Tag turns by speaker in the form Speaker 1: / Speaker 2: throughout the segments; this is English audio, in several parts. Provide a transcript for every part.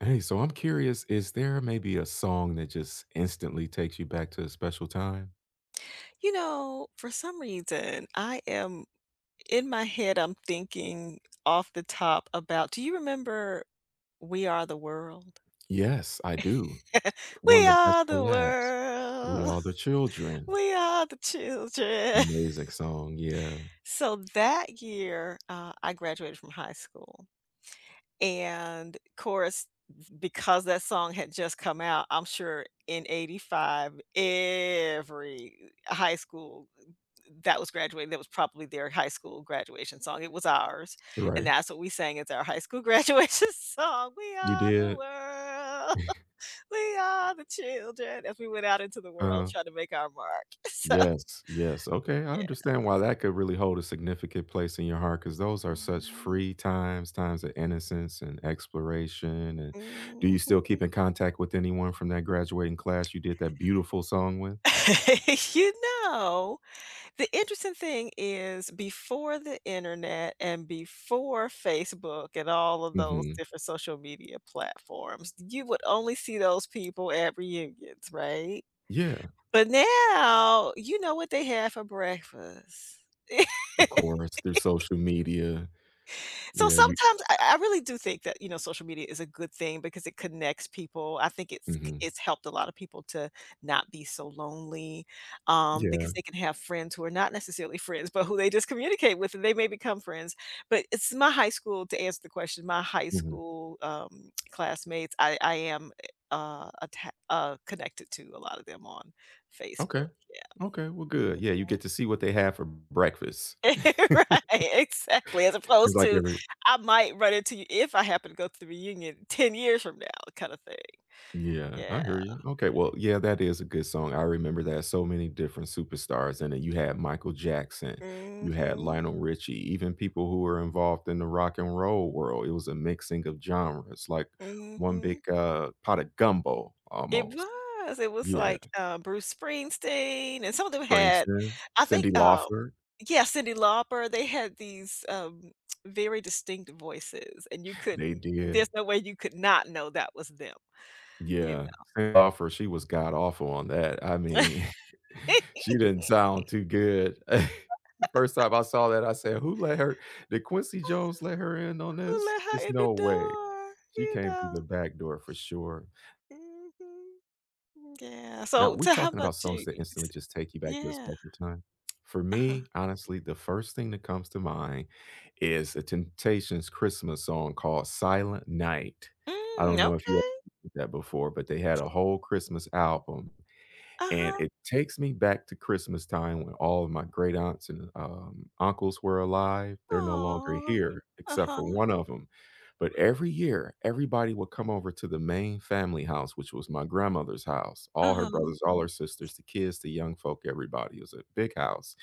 Speaker 1: Hey, so I'm curious, is there maybe a song that just instantly takes you back to a special time?
Speaker 2: You know, for some reason, I am in my head, I'm thinking off the top about do you remember We Are the World?
Speaker 1: Yes, I do. One of
Speaker 2: We
Speaker 1: the best
Speaker 2: are the
Speaker 1: collabs. We
Speaker 2: world.
Speaker 1: Are the Children.
Speaker 2: We are the children.
Speaker 1: Amazing song. Yeah.
Speaker 2: So that year, I graduated from high school. And, of course, because that song had just come out, I'm sure in '85, every high school that was graduating, that was probably their high school graduation song. It was ours, and
Speaker 1: Right.
Speaker 2: that's what we sang as our high school graduation song. "We
Speaker 1: You
Speaker 2: are the
Speaker 1: did?
Speaker 2: world, we are the children," as we went out into the world
Speaker 1: Uh,
Speaker 2: trying to make our mark. So,
Speaker 1: yes. Yes. Okay. I
Speaker 2: yeah.
Speaker 1: understand why that could really hold a significant place in your heart because those are such
Speaker 2: Mhm.
Speaker 1: free times, times of innocence and exploration. And do you still
Speaker 2: Mhm.
Speaker 1: keep in contact with anyone from that graduating class you did that beautiful song with?
Speaker 2: You know The interesting thing is before the internet and before Facebook and all of those
Speaker 1: Hmm.
Speaker 2: different social media platforms, you would only see those people at reunions, right?
Speaker 1: Yeah.
Speaker 2: But now, you know what they had for breakfast.
Speaker 1: Of course, through social media.
Speaker 2: So
Speaker 1: Yeah, you.
Speaker 2: sometimes I really do think that, social media is a good thing because it connects people. I think it's c
Speaker 1: Mhm.
Speaker 2: it's helped a lot of people to not be so lonely, because
Speaker 1: Yeah,
Speaker 2: they can have friends who are not necessarily friends, but who they just communicate with, and they may become friends. But it's my high school to answer the question, my high
Speaker 1: mhm.
Speaker 2: school, classmates, I am, eh, atta connected to a lot of them on
Speaker 1: Okay,
Speaker 2: Facebook. Yeah.
Speaker 1: okay, well, good. Yeah, you
Speaker 2: Mhm.
Speaker 1: get to see what they have for breakfast.
Speaker 2: Right, exactly, as
Speaker 1: It's
Speaker 2: opposed
Speaker 1: like
Speaker 2: to,
Speaker 1: every.
Speaker 2: I might run into you if I happen to go to the reunion 10 years from now kinda thing.
Speaker 1: Yeah,
Speaker 2: Yeah.
Speaker 1: I hear you. Okay, well, yeah, that is a good song. I remember that so many different superstars in it. You had Michael Jackson, you had
Speaker 2: Mhm.
Speaker 1: Lionel Richie, even people who were involved in the rock and roll world. It was a mixing of genres, like one
Speaker 2: Mhm.
Speaker 1: big, pot of gumbo
Speaker 2: It
Speaker 1: almost.
Speaker 2: was, it was
Speaker 1: Yeah.
Speaker 2: like, Bruce Springsteen, and some of them had
Speaker 1: Springsteen,
Speaker 2: I think,
Speaker 1: Cyndi Lauper,
Speaker 2: yeah, Cyndi Lauper, they had these, very distinct voices, and you
Speaker 1: they
Speaker 2: couldn't
Speaker 1: did.
Speaker 2: there's no way you could not know that was them, you
Speaker 1: Yeah,
Speaker 2: know?
Speaker 1: Send Off Her, she was god awful on that, I mean, she didn't sound too good. The first time I saw that, I said, "Who let her did Quincy Jones let her in on
Speaker 2: "Who
Speaker 1: this?
Speaker 2: let her
Speaker 1: It's
Speaker 2: in the
Speaker 1: no way."
Speaker 2: door?"
Speaker 1: She
Speaker 2: You
Speaker 1: came through
Speaker 2: know?
Speaker 1: the back door for sure.
Speaker 2: Mhm. Yeah,
Speaker 1: Now,
Speaker 2: so
Speaker 1: we
Speaker 2: so how
Speaker 1: talking
Speaker 2: about
Speaker 1: about songs
Speaker 2: you?
Speaker 1: that instantly just take you back to a
Speaker 2: Yeah,
Speaker 1: special time. For
Speaker 2: uh-huh.
Speaker 1: me, honestly, the first thing that comes to mind is The Temptations' Christmas song called "Silent Night." I don't
Speaker 2: Mm,
Speaker 1: know if you ever
Speaker 2: okay,
Speaker 1: heard that before, but they had a whole Christmas album. And
Speaker 2: uh-huh,
Speaker 1: it takes me back to Christmas time when all of my great aunts and, uncles were alive. They're no longer
Speaker 2: aw,
Speaker 1: here except for
Speaker 2: uh-huh,
Speaker 1: one of them. But every year, everybody would come over to the main family house, which was my grandmother's house. All her
Speaker 2: uh-huh,
Speaker 1: brothers, all her sisters, the kids, the young folk, everybody. It was a big house.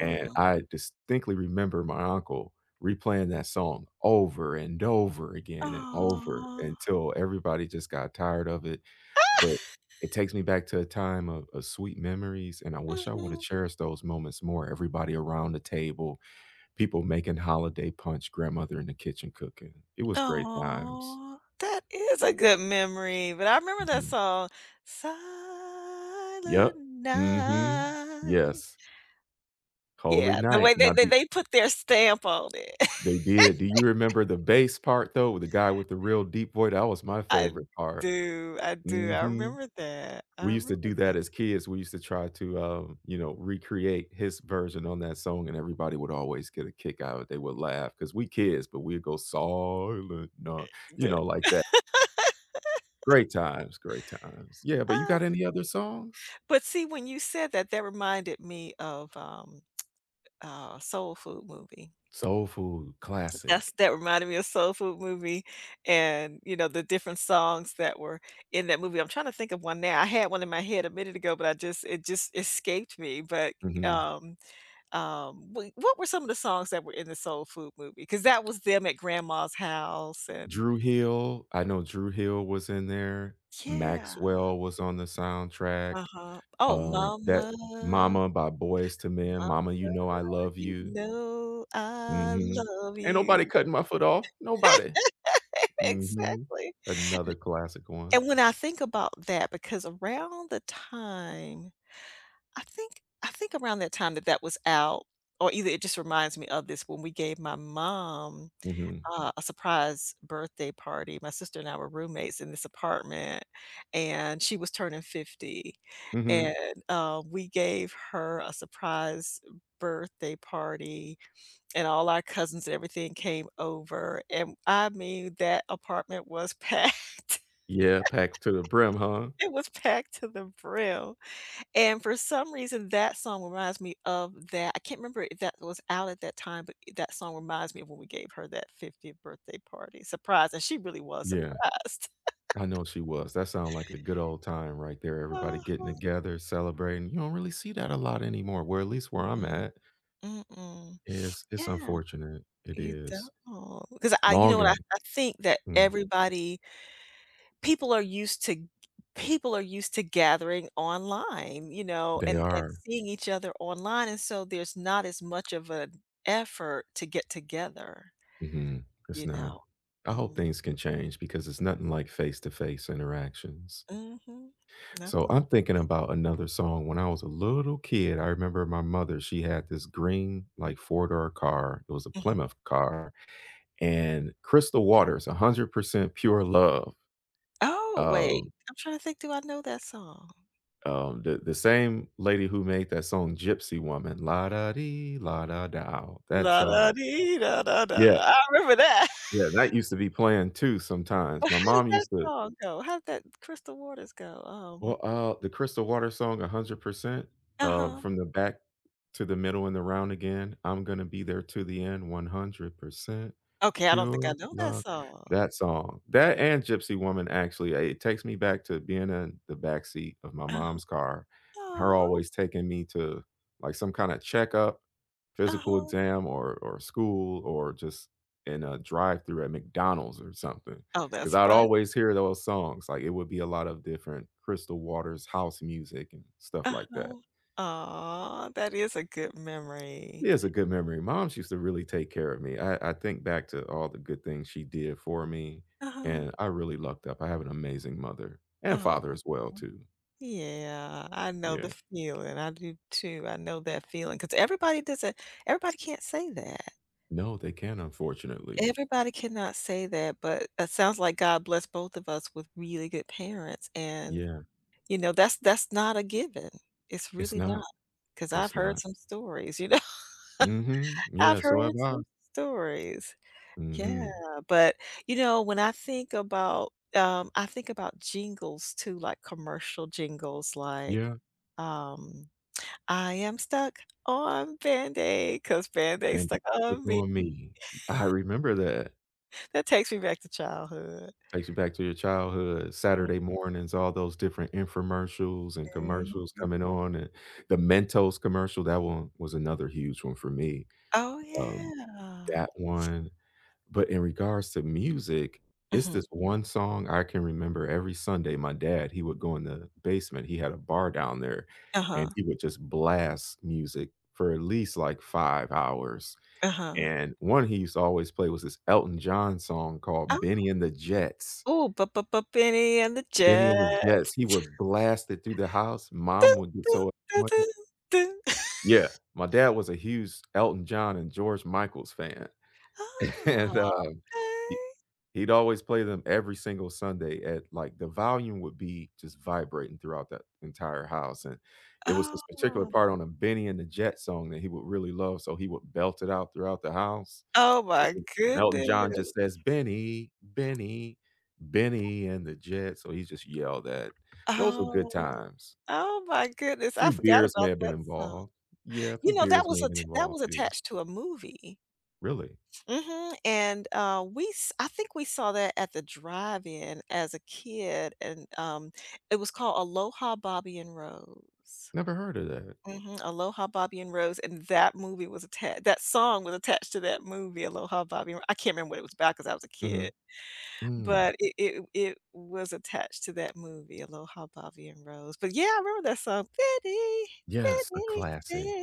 Speaker 1: And I distinctly remember my uncle replaying that song over and over again and over
Speaker 2: aw,
Speaker 1: until everybody just got tired of it, but it takes me back to a time of sweet memories, and I wish I would've
Speaker 2: mhm,
Speaker 1: cherished those moments more, everybody around the table, people making holiday punch, grandmother in the kitchen cooking. It was great times.
Speaker 2: aw. That is a good memory, but I remember that
Speaker 1: Mhm.
Speaker 2: song, "Silent
Speaker 1: Yep. Mhm.
Speaker 2: Night."
Speaker 1: Yes. Holy
Speaker 2: Yeah, the
Speaker 1: night.
Speaker 2: way they
Speaker 1: Now
Speaker 2: they
Speaker 1: do.
Speaker 2: they put their stamp on it.
Speaker 1: They did. Do you remember the bass part, though, with the guy with the real deep voice? That was my
Speaker 2: I
Speaker 1: favorite part.
Speaker 2: do, I do, I
Speaker 1: Mhm.
Speaker 2: remember that, I
Speaker 1: We used to
Speaker 2: remember
Speaker 1: do that
Speaker 2: that.
Speaker 1: as kids. We used to try to, recreate his version on that song, and everybody would always get a kick out of it. They would laugh because we kids, but we'd go "Silent night," like that. Great times, great times. Yeah, but you
Speaker 2: I.
Speaker 1: got any other songs?
Speaker 2: But see, when you said that, that reminded me of, soul food movie.
Speaker 1: Soul Food,
Speaker 2: That's
Speaker 1: classic.
Speaker 2: that reminded me of soul food movie and, the different songs that were in that movie. I'm trying to think of one now. I had one in my head a minute ago, but I just it just escaped me. But,
Speaker 1: Mhm.
Speaker 2: um, wh what were some of the songs that were in the soul food movie? Because that was them at grandma's house and
Speaker 1: Dru Hill, I know Drew Hill was in there.
Speaker 2: yeah.
Speaker 1: Maxwell was on the soundtrack.
Speaker 2: Uh-huh. Oh,
Speaker 1: That
Speaker 2: mama,
Speaker 1: "Mama" by boys to Men,
Speaker 2: mama,
Speaker 1: "Mama, You Know I Love
Speaker 2: you
Speaker 1: You."
Speaker 2: know I
Speaker 1: Mhm.
Speaker 2: love
Speaker 1: "Ain't Nobody
Speaker 2: you.
Speaker 1: Cutting My Foot Off." Nobody. Mhm.
Speaker 2: Exactly.
Speaker 1: Another classic one.
Speaker 2: And when I think about that, because around the time I think around that time that that was out, or either it just reminds me of this when we gave my mom,
Speaker 1: Mhm.
Speaker 2: a surprise birthday party. My sister and I were roommates in this apartment, and she was turning 50,
Speaker 1: Mhm.
Speaker 2: and, we gave her a surprise birthday party, and all our cousins and everything came over, and I mean, that apartment was packed.
Speaker 1: Yeah, packed to the brim, huh?
Speaker 2: It was packed to the brim, and for some reason, that song reminds me of that. I can't remember if that was out at that time, but that song reminds me of when we gave her that 50th birthday party surprise, and she really was
Speaker 1: Yeah.
Speaker 2: surprised.
Speaker 1: I know she was. That sounds like a good old time right there, everybody getting
Speaker 2: Uh-huh.
Speaker 1: together, celebrating. You don't really see that a lot anymore, where at least where I'm
Speaker 2: Mm,
Speaker 1: at.
Speaker 2: mm-mm.
Speaker 1: Is It's
Speaker 2: Yeah,
Speaker 1: unfortunate. It
Speaker 2: you
Speaker 1: is.
Speaker 2: don't, because I you know what? I
Speaker 1: Longing.
Speaker 2: I think that
Speaker 1: Mm.
Speaker 2: everybody people are used to people are used to gathering online,
Speaker 1: They
Speaker 2: and
Speaker 1: are.
Speaker 2: seeing each other online, and so there's not as much of an effort to get together,
Speaker 1: Mhm. It's
Speaker 2: you
Speaker 1: not.
Speaker 2: know.
Speaker 1: I hope
Speaker 2: Mm,
Speaker 1: things can change because it's nothing like face to face interactions.
Speaker 2: mhm. Not
Speaker 1: So
Speaker 2: too
Speaker 1: I'm
Speaker 2: long.
Speaker 1: thinking about another song. When I was a little kid, I remember my mother, she had this green, like four-door car. It was a
Speaker 2: Mhm.
Speaker 1: Plymouth car and Crystal Waters, 100% pure love.
Speaker 2: Oh, wait,
Speaker 1: Um,
Speaker 2: I'm trying to think, do I know that song?
Speaker 1: the same lady who made that song, Gypsy Woman, la da dee, la da dow. That
Speaker 2: La da
Speaker 1: song.
Speaker 2: dee da da da.
Speaker 1: Yeah.
Speaker 2: I remember that.
Speaker 1: Yeah. That used to be playing too sometimes.
Speaker 2: But
Speaker 1: My
Speaker 2: how did
Speaker 1: mom
Speaker 2: that
Speaker 1: used to.
Speaker 2: song go? How did that Crystal Waters go? Um,
Speaker 1: Well, the Crystal Water song, 100%,
Speaker 2: uh-huh.
Speaker 1: from the back to the middle and the round again. I'm gonna be there to the end, 100%,
Speaker 2: Okay, I don't think I
Speaker 1: pure
Speaker 2: know that
Speaker 1: love.
Speaker 2: song.
Speaker 1: That song, that and Gypsy Woman, actually, it takes me back to being in the backseat of my
Speaker 2: Uh-huh.
Speaker 1: mom's car, her always taking me to, like, some kinda checkup, physical
Speaker 2: Uh-huh.
Speaker 1: exam, or school, or just in a drive-through at McDonald's or something.
Speaker 2: Oh,
Speaker 1: 'Cause
Speaker 2: that's
Speaker 1: I'd
Speaker 2: fun.
Speaker 1: always hear those songs, like, it would be a lot of different Crystal Waters house music and stuff like that.
Speaker 2: Uh-huh. Aw, that is a good memory.
Speaker 1: Yeah, it's a good memory. Moms used to really take care of me. I think back to all the good things she did for me,
Speaker 2: Uh-huh.
Speaker 1: and I really lucked up. I have an amazing mother and
Speaker 2: Aw.
Speaker 1: father as well too.
Speaker 2: Yeah, I know
Speaker 1: Yeah.
Speaker 2: the feeling. I do too. I know that feeling because everybody doesn't everybody can't say that.
Speaker 1: No, they can't, unfortunately.
Speaker 2: Everybody cannot say that, but it sounds like God blessed both of us with really good parents, and,
Speaker 1: Yeah.
Speaker 2: that's not a given. It's
Speaker 1: It's
Speaker 2: really not
Speaker 1: not.
Speaker 2: because 'cause I've
Speaker 1: It's
Speaker 2: heard
Speaker 1: not.
Speaker 2: some stories, you know?
Speaker 1: Mhm. Yeah,
Speaker 2: I've
Speaker 1: so have
Speaker 2: heard
Speaker 1: I.
Speaker 2: some stories. Yeah,
Speaker 1: Mhm.
Speaker 2: but, when I think about jingles too, like commercial jingles, like,
Speaker 1: Yeah,
Speaker 2: um, "I am stuck on band aid because 'cause aid
Speaker 1: and
Speaker 2: stuck
Speaker 1: they
Speaker 2: on
Speaker 1: pick
Speaker 2: me."
Speaker 1: on me. I remember that.
Speaker 2: That takes me back to childhood.
Speaker 1: Takes you back to your childhood, Saturday mornings, all those different infomercials and
Speaker 2: Mhm.
Speaker 1: commercials coming on, and the Mentos commercial, that one was another huge one for me.
Speaker 2: Oh,
Speaker 1: Um,
Speaker 2: yeah.
Speaker 1: that one but in regards to music, it's this
Speaker 2: Mhm.
Speaker 1: one song I can remember every Sunday, my dad, he would go in the basement, he had a bar down there,
Speaker 2: Uh-huh,
Speaker 1: and he would just blast music for at least, like, 5 hours,
Speaker 2: uh-huh.
Speaker 1: and one he used to always play was this Elton John song called
Speaker 2: Oh,
Speaker 1: Benny and the Jets.
Speaker 2: ooh, "Bu bu bu Benny and the
Speaker 1: Benny and the Jets, he
Speaker 2: Jets."
Speaker 1: would blast it through the house, mom
Speaker 2: Dun,
Speaker 1: would get
Speaker 2: dun,
Speaker 1: so
Speaker 2: dun,
Speaker 1: annoyed.
Speaker 2: dun, dun.
Speaker 1: Yeah, my dad was a huge Elton John and George Michael's fan, and,
Speaker 2: Oh,
Speaker 1: he
Speaker 2: okay.
Speaker 1: he'd always play them every single Sunday at like, the volume would be just vibrating throughout that entire house, and it was this particular
Speaker 2: Oh.
Speaker 1: part on a Benny and the Jets song that he would really love, so he would belt it out throughout the house
Speaker 2: Oh my
Speaker 1: too. Elton
Speaker 2: goodness.
Speaker 1: John just says, "Benny, Benny, Benny and the Jets," so he just yelled that. Those were good
Speaker 2: Oh.
Speaker 1: times.
Speaker 2: Oh my goodness, I
Speaker 1: Few
Speaker 2: forgot
Speaker 1: beers may
Speaker 2: about
Speaker 1: have been
Speaker 2: that song.
Speaker 1: involved. Yeah, a
Speaker 2: You
Speaker 1: few
Speaker 2: know, that
Speaker 1: beers
Speaker 2: was
Speaker 1: may have
Speaker 2: a
Speaker 1: been
Speaker 2: that
Speaker 1: involved
Speaker 2: was
Speaker 1: too.
Speaker 2: attached to a movie.
Speaker 1: Really?
Speaker 2: Mhm, and, we s I think we saw that at the drive-in as a kid, and, it was called Aloha Bobby and Rose.
Speaker 1: Never heard of that.
Speaker 2: Mhm, Aloha Bobby and Rose, and that movie was attached. That song was attached to that movie. Aloha Bobby and Ro I can't remember what it was about 'cause I was a
Speaker 1: Mhm.
Speaker 2: kid.
Speaker 1: Mm.
Speaker 2: But it was attached to that movie, Aloha, Bobby and Rose. But, yeah, I remember that song, "Betty,
Speaker 1: Yes, the
Speaker 2: Betty,
Speaker 1: classic,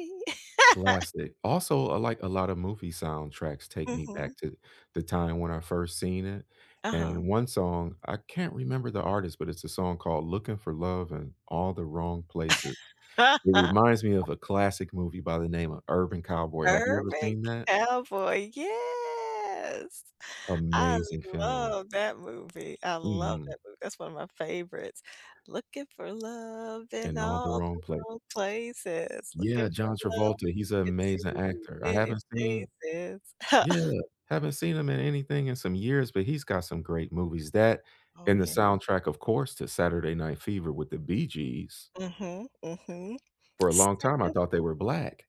Speaker 2: Betty."
Speaker 1: classic. Also, I like a lot of movie soundtracks take me
Speaker 2: Mhm.
Speaker 1: back to the time when I first seen it,
Speaker 2: Uh-huh.
Speaker 1: and one song, I can't remember the artist, but it's a song called Looking for Love in All the Wrong Places. It reminds me of a classic movie by the name of Urban Cowboy. Have you ever
Speaker 2: Urban
Speaker 1: seen that?
Speaker 2: Cowboy, yes. I
Speaker 1: Amazing film.
Speaker 2: love that movie. I love
Speaker 1: Mm,
Speaker 2: that movie. That's one of my favorites. Looking for love in
Speaker 1: In All the
Speaker 2: all
Speaker 1: Wrong
Speaker 2: the
Speaker 1: Place.
Speaker 2: wrong places,
Speaker 1: Yeah,
Speaker 2: looking for
Speaker 1: John
Speaker 2: love
Speaker 1: Travolta, he's an
Speaker 2: in
Speaker 1: amazing
Speaker 2: too
Speaker 1: actor. I
Speaker 2: many
Speaker 1: haven't seen.
Speaker 2: places.
Speaker 1: Yeah, haven't seen him in anything in some years, but he's got some great movies. That
Speaker 2: Oh,
Speaker 1: and the
Speaker 2: yeah.
Speaker 1: soundtrack, of course, to Saturday Night Fever with the Bee Gees.
Speaker 2: Mhm, mhm.
Speaker 1: For a long time, I
Speaker 2: Sega?
Speaker 1: thought they were black.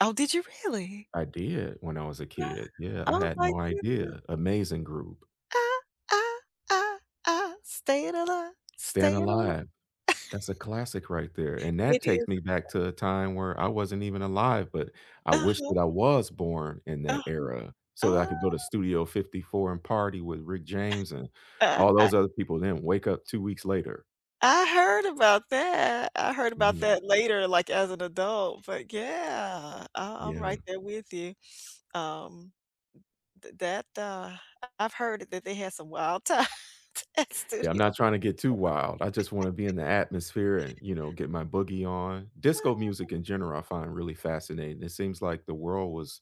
Speaker 2: Oh, did you really?
Speaker 1: I did when I was a
Speaker 2: Ah,
Speaker 1: kid. Yeah, I
Speaker 2: oh
Speaker 1: had
Speaker 2: my
Speaker 1: no
Speaker 2: goodness.
Speaker 1: idea. Amazing group.
Speaker 2: Ah, ah, ah, ah, staying alive,
Speaker 1: Stand
Speaker 2: staying
Speaker 1: Alive.
Speaker 2: alive.
Speaker 1: That's a classic right there, and
Speaker 2: It
Speaker 1: that takes
Speaker 2: is.
Speaker 1: me back to a time where I wasn't even alive, but I wish
Speaker 2: Uh-huh,
Speaker 1: that I was born in
Speaker 2: uh,
Speaker 1: that era so that I
Speaker 2: uh,
Speaker 1: could go to Studio 54 and party with Rick James and all
Speaker 2: uh-huh.
Speaker 1: those other people, then wake up 2 weeks later.
Speaker 2: I heard about that. I heard about
Speaker 1: Mhm,
Speaker 2: that later, like, as an adult, but yeah, I'm
Speaker 1: yeah.
Speaker 2: right there with you. Um, th that, uh I've heard that they had some wild times at
Speaker 1: Yeah, I'm not
Speaker 2: studio.
Speaker 1: trying to get too wild. I just wanna be in the atmosphere and, get my boogie on. Disco music in general, I find really fascinating. It seems like the world was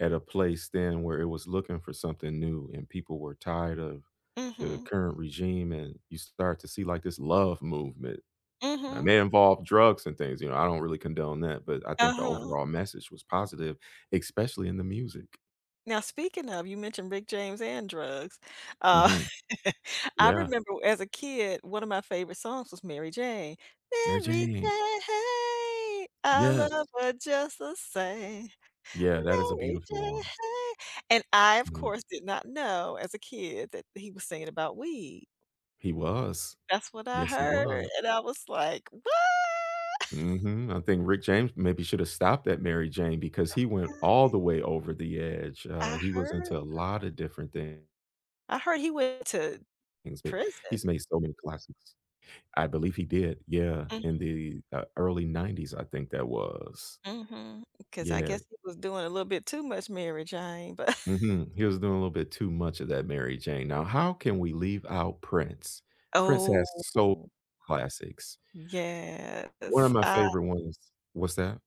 Speaker 1: at a place then where it was looking for something new and people were tired of the
Speaker 2: Mhm,
Speaker 1: current regime, and you start to see, like, this love movement, and
Speaker 2: mhm.
Speaker 1: they involve drugs and things, I don't really condone that, but I think the
Speaker 2: Uh-huh.
Speaker 1: overall message was positive, especially in the music.
Speaker 2: Now, speaking of, you mentioned Rick James and drugs. Uh,
Speaker 1: Mhm.
Speaker 2: I
Speaker 1: Yeah.
Speaker 2: remember as a kid, one of my favorite songs was Mary Jane.
Speaker 1: Mary
Speaker 2: Mary
Speaker 1: Jane.
Speaker 2: Jane, I
Speaker 1: Yes.
Speaker 2: love her just the same.
Speaker 1: Yeah, that is a
Speaker 2: Mary
Speaker 1: beautiful
Speaker 2: Jane.
Speaker 1: one.
Speaker 2: And I, of
Speaker 1: Mhm.
Speaker 2: course, did not know as a kid that he was singing about weed.
Speaker 1: He was.
Speaker 2: That's what I
Speaker 1: Yes, he
Speaker 2: heard,
Speaker 1: was.
Speaker 2: and I was like, "What?"
Speaker 1: Mhm. I think Rick James maybe should have stopped at Mary Jane because he went all the way over the edge,
Speaker 2: I
Speaker 1: he was
Speaker 2: heard
Speaker 1: into a lot of different things,
Speaker 2: I heard he went to
Speaker 1: but
Speaker 2: prison.
Speaker 1: he's made so many classics. I believe he did, yeah, in the, early '90s, I think that was.
Speaker 2: Mm-hmm. Because I
Speaker 1: Yeah,
Speaker 2: guess he was doing a little bit too much Mary Jane, but
Speaker 1: mhm, he was doing a little bit too much of that Mary Jane. Now how can we leave out Prince? Prince has
Speaker 2: Oh,
Speaker 1: so classics. One of
Speaker 2: yes.
Speaker 1: my favorite ones. What's that?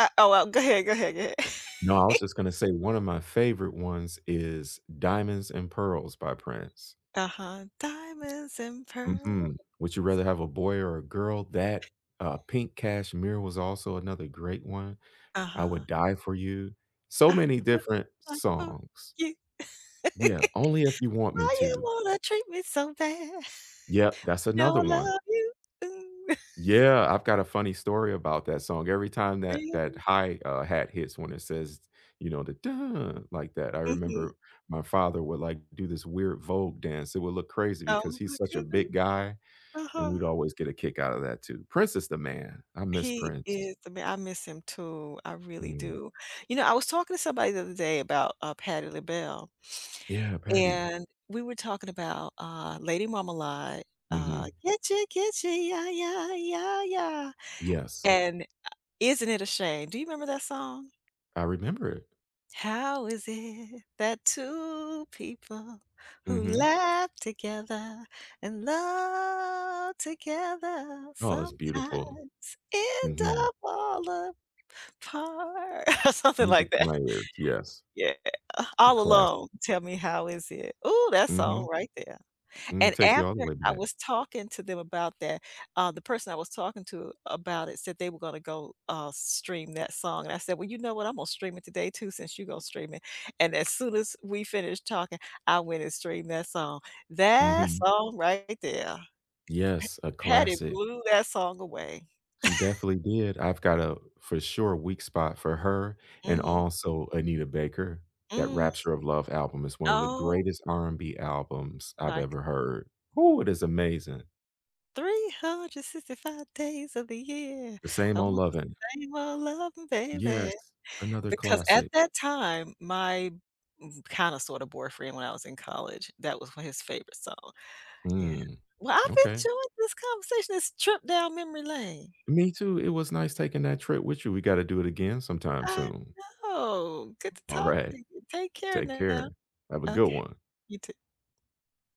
Speaker 2: I Oh, well, go ahead, go ahead, go ahead.
Speaker 1: No, I was just gonna say one of my favorite ones is Diamonds and Pearls by Prince.
Speaker 2: Uh-huh. Diamonds and pearls.
Speaker 1: Mhm. Would You Rather Have a Boy or a Girl? That, Pink Cashmere was also another great one. I
Speaker 2: Uh-huh.
Speaker 1: Would Die for You, so
Speaker 2: I
Speaker 1: many
Speaker 2: would
Speaker 1: different
Speaker 2: die for
Speaker 1: songs.
Speaker 2: you.
Speaker 1: Yeah, Only If You Want Me
Speaker 2: Why you
Speaker 1: To.
Speaker 2: wanna treat me so bad?
Speaker 1: Yep, that's
Speaker 2: No,
Speaker 1: another
Speaker 2: I
Speaker 1: one.
Speaker 2: love you. Ooh,
Speaker 1: Yeah, I've got a funny story about that song. Every time that
Speaker 2: real
Speaker 1: that high, hat hits when it says, the "dun" like that, I
Speaker 2: Mhm.
Speaker 1: remember my father would, like, do this weird Vogue dance. It would look crazy because
Speaker 2: Oh
Speaker 1: he's
Speaker 2: my
Speaker 1: such a
Speaker 2: goodness.
Speaker 1: big guy, and
Speaker 2: Uh-huh.
Speaker 1: we'd always get a kick out of that too. Prince is the man. I miss
Speaker 2: He
Speaker 1: Prince.
Speaker 2: is the man. I miss him too. I really
Speaker 1: Mhm.
Speaker 2: do. You know, I was talking to somebody the other day about, Patti LaBelle.
Speaker 1: Yeah, Patty.
Speaker 2: And we were talking about, Lady Marmalade,
Speaker 1: Mhm.
Speaker 2: "Getcha, getcha, yeah, yeah, yeah, yeah."
Speaker 1: Yes,
Speaker 2: And "Isn't it a shame?" Do you remember that song?
Speaker 1: I remember it.
Speaker 2: "How is it that two people who
Speaker 1: Mhm.
Speaker 2: laugh together and love together
Speaker 1: Oh, it's beautiful.
Speaker 2: sometimes end
Speaker 1: Mhm.
Speaker 2: up all apart?" Or something like
Speaker 1: Music to
Speaker 2: that.
Speaker 1: my ears, yes.
Speaker 2: Yeah.
Speaker 1: The
Speaker 2: "All
Speaker 1: classic.
Speaker 2: alone, tell me how is it?" Ooh, that
Speaker 1: Mhm.
Speaker 2: song right there.
Speaker 1: Mm,
Speaker 2: And
Speaker 1: take you all the
Speaker 2: after
Speaker 1: way
Speaker 2: I
Speaker 1: back.
Speaker 2: was talking to them about that, the person I was talking to about it said they were gonna go, stream that song, and I said, "Well, you know what, I'm gonna stream it today too since you go to stream it." And as soon as we finished talking, I went and streamed that song. That
Speaker 1: Mhm.
Speaker 2: song right there,
Speaker 1: Yes, a
Speaker 2: Patty
Speaker 1: classic.
Speaker 2: blew that song away.
Speaker 1: She definitely did. I've got a, for sure, weak spot for her and
Speaker 2: Mhm.
Speaker 1: also Anita Baker. That
Speaker 2: Mm.
Speaker 1: Rapture of Love album is one of the
Speaker 2: Oh
Speaker 1: greatest R&B albums I've
Speaker 2: my g
Speaker 1: ever heard. Oh, it is amazing.
Speaker 2: 365 days of the year,
Speaker 1: The Same
Speaker 2: I
Speaker 1: Old
Speaker 2: wanna
Speaker 1: Lovin'.
Speaker 2: thank my loving baby.
Speaker 1: Yes, another
Speaker 2: Because at
Speaker 1: classic.
Speaker 2: that time, my kind of sorta boyfriend when I was in college, that was his favorite song. Yeah.
Speaker 1: Mm,
Speaker 2: Well, I've
Speaker 1: okay.
Speaker 2: enjoyed this conversation, this trip down memory lane.
Speaker 1: Me too, it was nice taking that trip with you. We gotta do it again sometime
Speaker 2: I
Speaker 1: soon.
Speaker 2: know. Good to talk to
Speaker 1: Alright.
Speaker 2: you. Take care
Speaker 1: Take
Speaker 2: now.
Speaker 1: care. Have a good
Speaker 2: Okay.
Speaker 1: one.
Speaker 2: You too.